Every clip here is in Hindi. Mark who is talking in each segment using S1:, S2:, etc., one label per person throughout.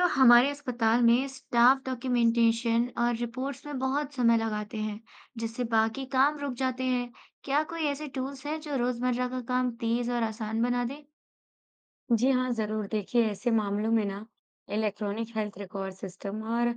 S1: तो हमारे अस्पताल में स्टाफ डॉक्यूमेंटेशन और रिपोर्ट्स में बहुत समय लगाते हैं, जिससे बाकी काम रुक जाते हैं। क्या कोई ऐसे टूल्स हैं जो रोजमर्रा का काम तेज और आसान बना दे?
S2: जी हाँ, ज़रूर। देखिए, ऐसे मामलों में ना इलेक्ट्रॉनिक हेल्थ रिकॉर्ड सिस्टम और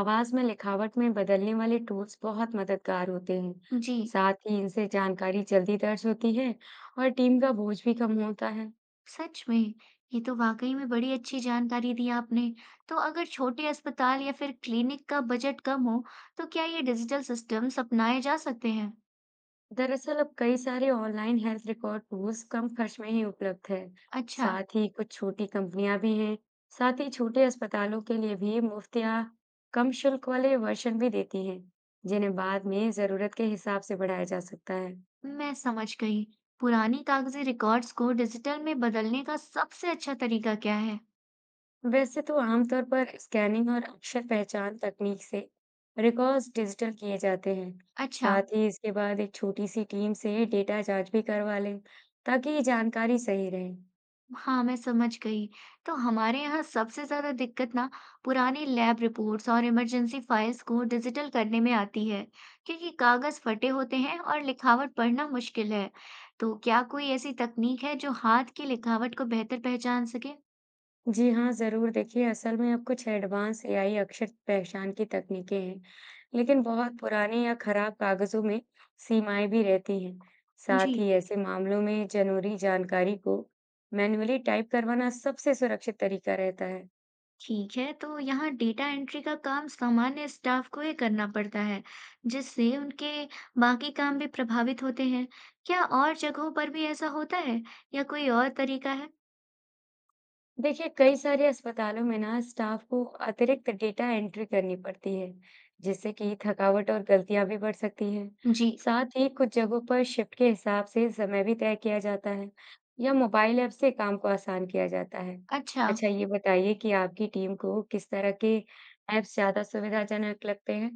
S2: आवाज़ में लिखावट में बदलने वाले टूल्स बहुत मददगार होते हैं।
S1: जी,
S2: साथ ही इनसे जानकारी जल्दी दर्ज होती है और टीम का बोझ भी कम होता है।
S1: सच में, ये तो वाकई में बड़ी अच्छी जानकारी दी आपने। तो अगर छोटे अस्पताल या फिर क्लिनिक का बजट कम हो, तो क्या ये डिजिटल सिस्टम्स अपनाए जा सकते हैं?
S2: दरअसल अब कई सारे ऑनलाइन हेल्थ रिकॉर्ड टूल्स कम खर्च में ही उपलब्ध है।
S1: अच्छा,
S2: साथ ही कुछ छोटी कंपनियां भी हैं। साथ ही छोटे अस्पतालों के लिए भी मुफ्त या कम शुल्क वाले वर्जन भी देती हैं, जिन्हें बाद में ज़रूरत के हिसाब से बढ़ाया जा सकता है।
S1: मैं समझ गई। पुरानी कागजी रिकॉर्ड्स को डिजिटल में बदलने का सबसे अच्छा तरीका क्या है?
S2: वैसे तो आमतौर पर स्कैनिंग और अक्षर पहचान तकनीक से रिकॉर्ड्स डिजिटल किए जाते हैं।
S1: अच्छा।
S2: साथ ही इसके बाद एक छोटी सी टीम से डेटा जांच भी करवा लें, ताकि ये जानकारी सही रहे।
S1: हाँ, मैं समझ गई। तो हमारे यहाँ सबसे ज़्यादा दिक्कत ना पुरानी लैब रिपोर्ट्स और इमरजेंसी फाइल्स को डिजिटल करने में आती है, क्योंकि कागज़ फटे होते हैं और लिखावट पढ़ना मुश्किल है। तो क्या कोई ऐसी तकनीक है जो हाथ की लिखावट को बेहतर पहचान सके?
S2: जी हाँ, जरूर। देखिए, असल में अब कुछ एडवांस एआई अक्षर पहचान की तकनीकें हैं, लेकिन बहुत पुराने या खराब कागजों में सीमाएं भी रहती हैं। साथ
S1: जी,
S2: ही ऐसे मामलों में जरूरी जानकारी को मैन्युअली टाइप करवाना सबसे सुरक्षित तरीका रहता है।
S1: ठीक है, तो यहाँ डेटा एंट्री का काम सामान्य स्टाफ को ही करना पड़ता है, जिससे उनके बाकी काम भी प्रभावित होते हैं। क्या और जगहों पर भी ऐसा होता है या कोई और तरीका है?
S2: देखिए, कई सारे अस्पतालों में ना स्टाफ को अतिरिक्त डेटा एंट्री करनी पड़ती है, जिससे कि थकावट और गलतियां भी बढ़ सकती हैं।
S1: जी,
S2: साथ ही कुछ जगहों पर शिफ्ट के हिसाब से समय भी तय किया जाता है या मोबाइल ऐप से काम को आसान किया जाता है।
S1: अच्छा,
S2: अच्छा, ये बताइए कि आपकी टीम को किस तरह के ऐप्स ज्यादा सुविधाजनक लगते हैं।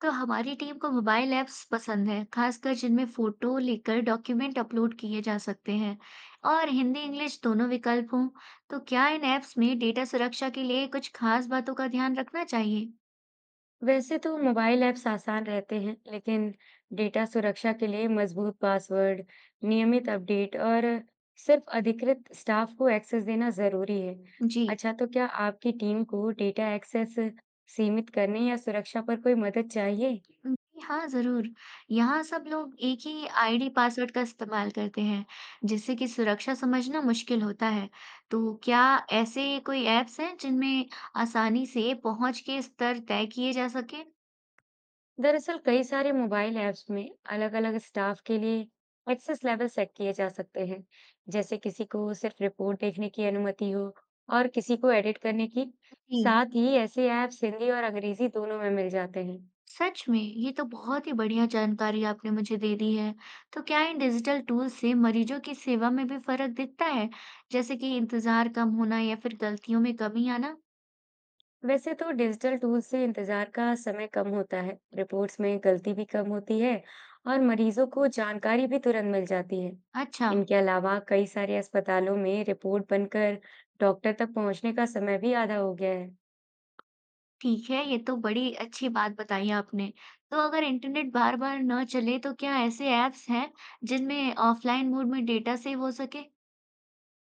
S1: तो हमारी टीम को मोबाइल ऐप्स पसंद है, खासकर जिनमें फोटो लेकर डॉक्यूमेंट अपलोड किए जा सकते हैं और हिंदी इंग्लिश दोनों विकल्प हों। तो क्या इन ऐप्स में डेटा सुरक्षा के लिए कुछ खास बातों का ध्यान रखना चाहिए?
S2: वैसे तो मोबाइल ऐप्स आसान रहते हैं, लेकिन डेटा सुरक्षा के लिए मजबूत पासवर्ड, नियमित अपडेट और सिर्फ अधिकृत स्टाफ को एक्सेस देना जरूरी है।
S1: जी,
S2: अच्छा, तो क्या आपकी टीम को डेटा एक्सेस सीमित करने या सुरक्षा पर कोई मदद चाहिए?
S1: जी हाँ, जरूर। यहाँ सब लोग एक ही आईडी पासवर्ड का इस्तेमाल करते हैं, जिससे कि सुरक्षा समझना मुश्किल होता है। तो क्या ऐसे कोई ऐप्स हैं जिनमें आसानी से पहुंच के स्तर तय किए जा सके?
S2: दरअसल कई सारे मोबाइल ऐप्स में अलग-अलग स्टाफ के लिए एक्सेस लेवल सेट किए जा सकते हैं, जैसे किसी को सिर्फ रिपोर्ट देखने की अनुमति हो और किसी को एडिट करने की।
S1: जी,
S2: साथ ही ऐसे ऐप्स हिंदी और अंग्रेजी दोनों में मिल जाते हैं।
S1: सच में ये तो बहुत ही बढ़िया जानकारी आपने मुझे दे दी है। तो क्या इन डिजिटल टूल से मरीजों की सेवा में भी फर्क दिखता है? जैसे कि इंतजार कम होना या फिर गलतियों में कमी आना?
S2: वैसे तो डिजिटल टूल से इंतजार का समय कम होता है, रिपोर्ट्स में गलती भी कम होती है और मरीजों को जानकारी भी तुरंत मिल जाती है।
S1: अच्छा,
S2: इनके अलावा कई सारे अस्पतालों में रिपोर्ट बनकर डॉक्टर तक पहुंचने का समय भी आधा हो गया है।
S1: ठीक है, ये तो बड़ी अच्छी बात बताई आपने। तो अगर इंटरनेट बार-बार न चले तो क्या ऐसे ऐप्स हैं जिनमें ऑफलाइन मोड में डेटा सेव हो सके?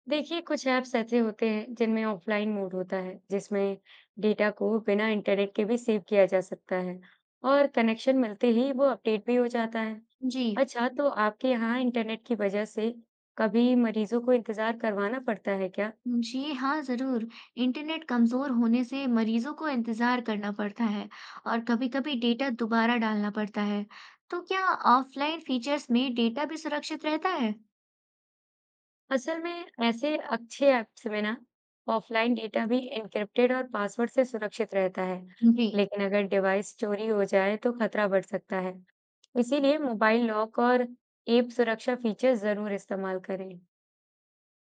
S2: देखिए, कुछ ऐप्स ऐसे होते हैं जिनमें ऑफलाइन मोड होता है, जिसमें डेटा को बिना इंटरनेट के भी सेव किया जा सकता है और कनेक्शन मिलते ही वो अपडेट भी हो जाता है।
S1: जी।
S2: अच्छा, तो आपके यहाँ इंटरनेट की वजह से कभी मरीजों को इंतजार करवाना पड़ता है क्या?
S1: जी हाँ, ज़रूर। इंटरनेट कमज़ोर होने से मरीज़ों को इंतज़ार करना पड़ता है और कभी-कभी डेटा दोबारा डालना पड़ता है। तो क्या ऑफ़लाइन फ़ीचर्स में डेटा भी सुरक्षित रहता है?
S2: असल में ऐसे अच्छे ऐप्स में ना ऑफलाइन डेटा भी एन्क्रिप्टेड और पासवर्ड से सुरक्षित रहता है।
S1: जी,
S2: लेकिन अगर डिवाइस चोरी हो जाए तो खतरा बढ़ सकता है, इसीलिए मोबाइल लॉक और ऐप सुरक्षा फीचर जरूर इस्तेमाल करें।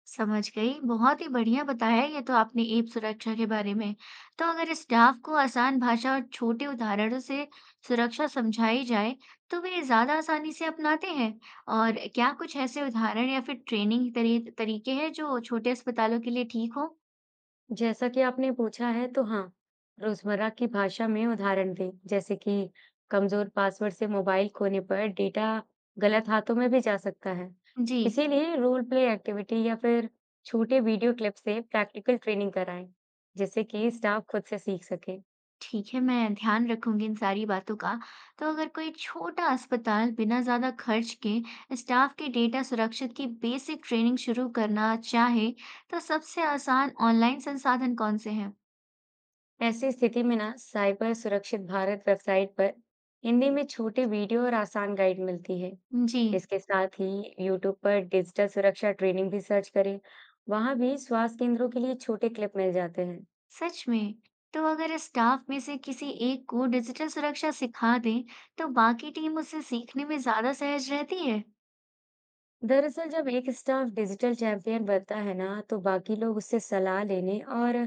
S1: समझ गई। बहुत ही बढ़िया बताया ये तो आपने ऐप सुरक्षा के बारे में। तो अगर स्टाफ़ को आसान भाषा और छोटे उदाहरणों से सुरक्षा समझाई जाए, तो वे ज़्यादा आसानी से अपनाते हैं। और क्या कुछ ऐसे उदाहरण या फिर ट्रेनिंग तरीके हैं जो छोटे अस्पतालों के लिए ठीक हों?
S2: जैसा कि आपने पूछा है तो हाँ, रोजमर्रा की भाषा में उदाहरण दें, जैसे कि कमजोर पासवर्ड से मोबाइल खोने पर डेटा गलत हाथों में भी जा सकता है।
S1: जी,
S2: इसीलिए रोल प्ले एक्टिविटी या फिर छोटे वीडियो क्लिप से प्रैक्टिकल ट्रेनिंग कराएं, जिससे कि स्टाफ खुद से सीख सके।
S1: ठीक है, मैं ध्यान रखूँगी इन सारी बातों का। तो अगर कोई छोटा अस्पताल बिना ज़्यादा खर्च के स्टाफ की डेटा सुरक्षित की बेसिक ट्रेनिंग शुरू करना चाहे, तो सबसे आसान ऑनलाइन संसाधन कौन-से हैं?
S2: ऐसी स्थिति में ना साइबर सुरक्षित भारत वेबसाइट पर हिंदी में छोटे वीडियो और आसान गाइड मिलती है।
S1: जी,
S2: इसके साथ ही यूट्यूब पर डिजिटल सुरक्षा ट्रेनिंग भी सर्च करें, वहाँ भी स्वास्थ्य केंद्रों के लिए छोटे क्लिप मिल जाते हैं।
S1: सच में। तो अगर स्टाफ में से किसी एक को डिजिटल सुरक्षा सिखा दें, तो बाकी टीम उससे सीखने में ज़्यादा सहज रहती है?
S2: दरअसल जब एक स्टाफ डिजिटल चैंपियन बनता है ना, तो बाकी लोग उससे सलाह लेने और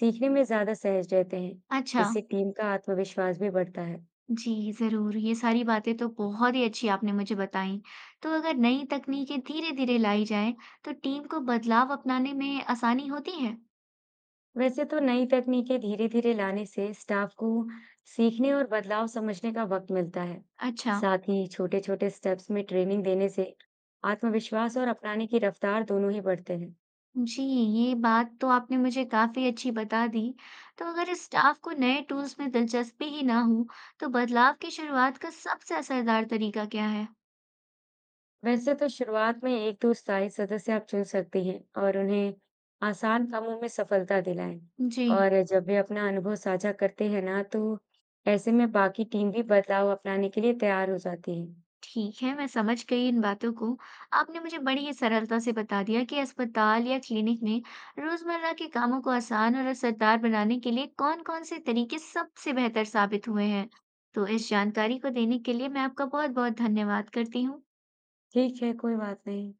S2: सीखने में ज़्यादा सहज रहते हैं।
S1: अच्छा।
S2: इससे टीम का आत्मविश्वास भी बढ़ता है।
S1: जी, ज़रूर। ये सारी बातें तो बहुत ही अच्छी आपने मुझे बताई। तो अगर नई तकनीकें धीरे-धीरे लाई जाएँ, तो टीम को बदलाव अपनाने में आसानी होती है?
S2: वैसे तो नई तकनीकें धीरे-धीरे लाने से स्टाफ को सीखने और बदलाव समझने का वक्त मिलता है।
S1: अच्छा।
S2: साथ ही छोटे-छोटे स्टेप्स में ट्रेनिंग देने से आत्मविश्वास और अपनाने की रफ्तार दोनों ही बढ़ते हैं।
S1: जी, ये बात तो आपने मुझे काफ़ी अच्छी बता दी। तो अगर स्टाफ को नए टूल्स में दिलचस्पी ही ना हो, तो बदलाव की शुरुआत का सबसे असरदार तरीका क्या है?
S2: वैसे तो शुरुआत में एक दो स्थायी सदस्य आप चुन सकती हैं और उन्हें आसान कामों में सफलता दिलाएं।
S1: जी।
S2: और जब वे अपना अनुभव साझा करते हैं ना, तो ऐसे में बाकी टीम भी बदलाव अपनाने के लिए तैयार हो जाती है।
S1: ठीक है, मैं समझ गई इन बातों को। आपने मुझे बड़ी ही सरलता से बता दिया कि अस्पताल या क्लिनिक में रोज़मर्रा के कामों को आसान और असरदार बनाने के लिए कौन-कौन से तरीके सबसे बेहतर साबित हुए हैं। तो इस जानकारी को देने के लिए मैं आपका बहुत-बहुत धन्यवाद करती हूँ।
S2: ठीक है, कोई बात नहीं।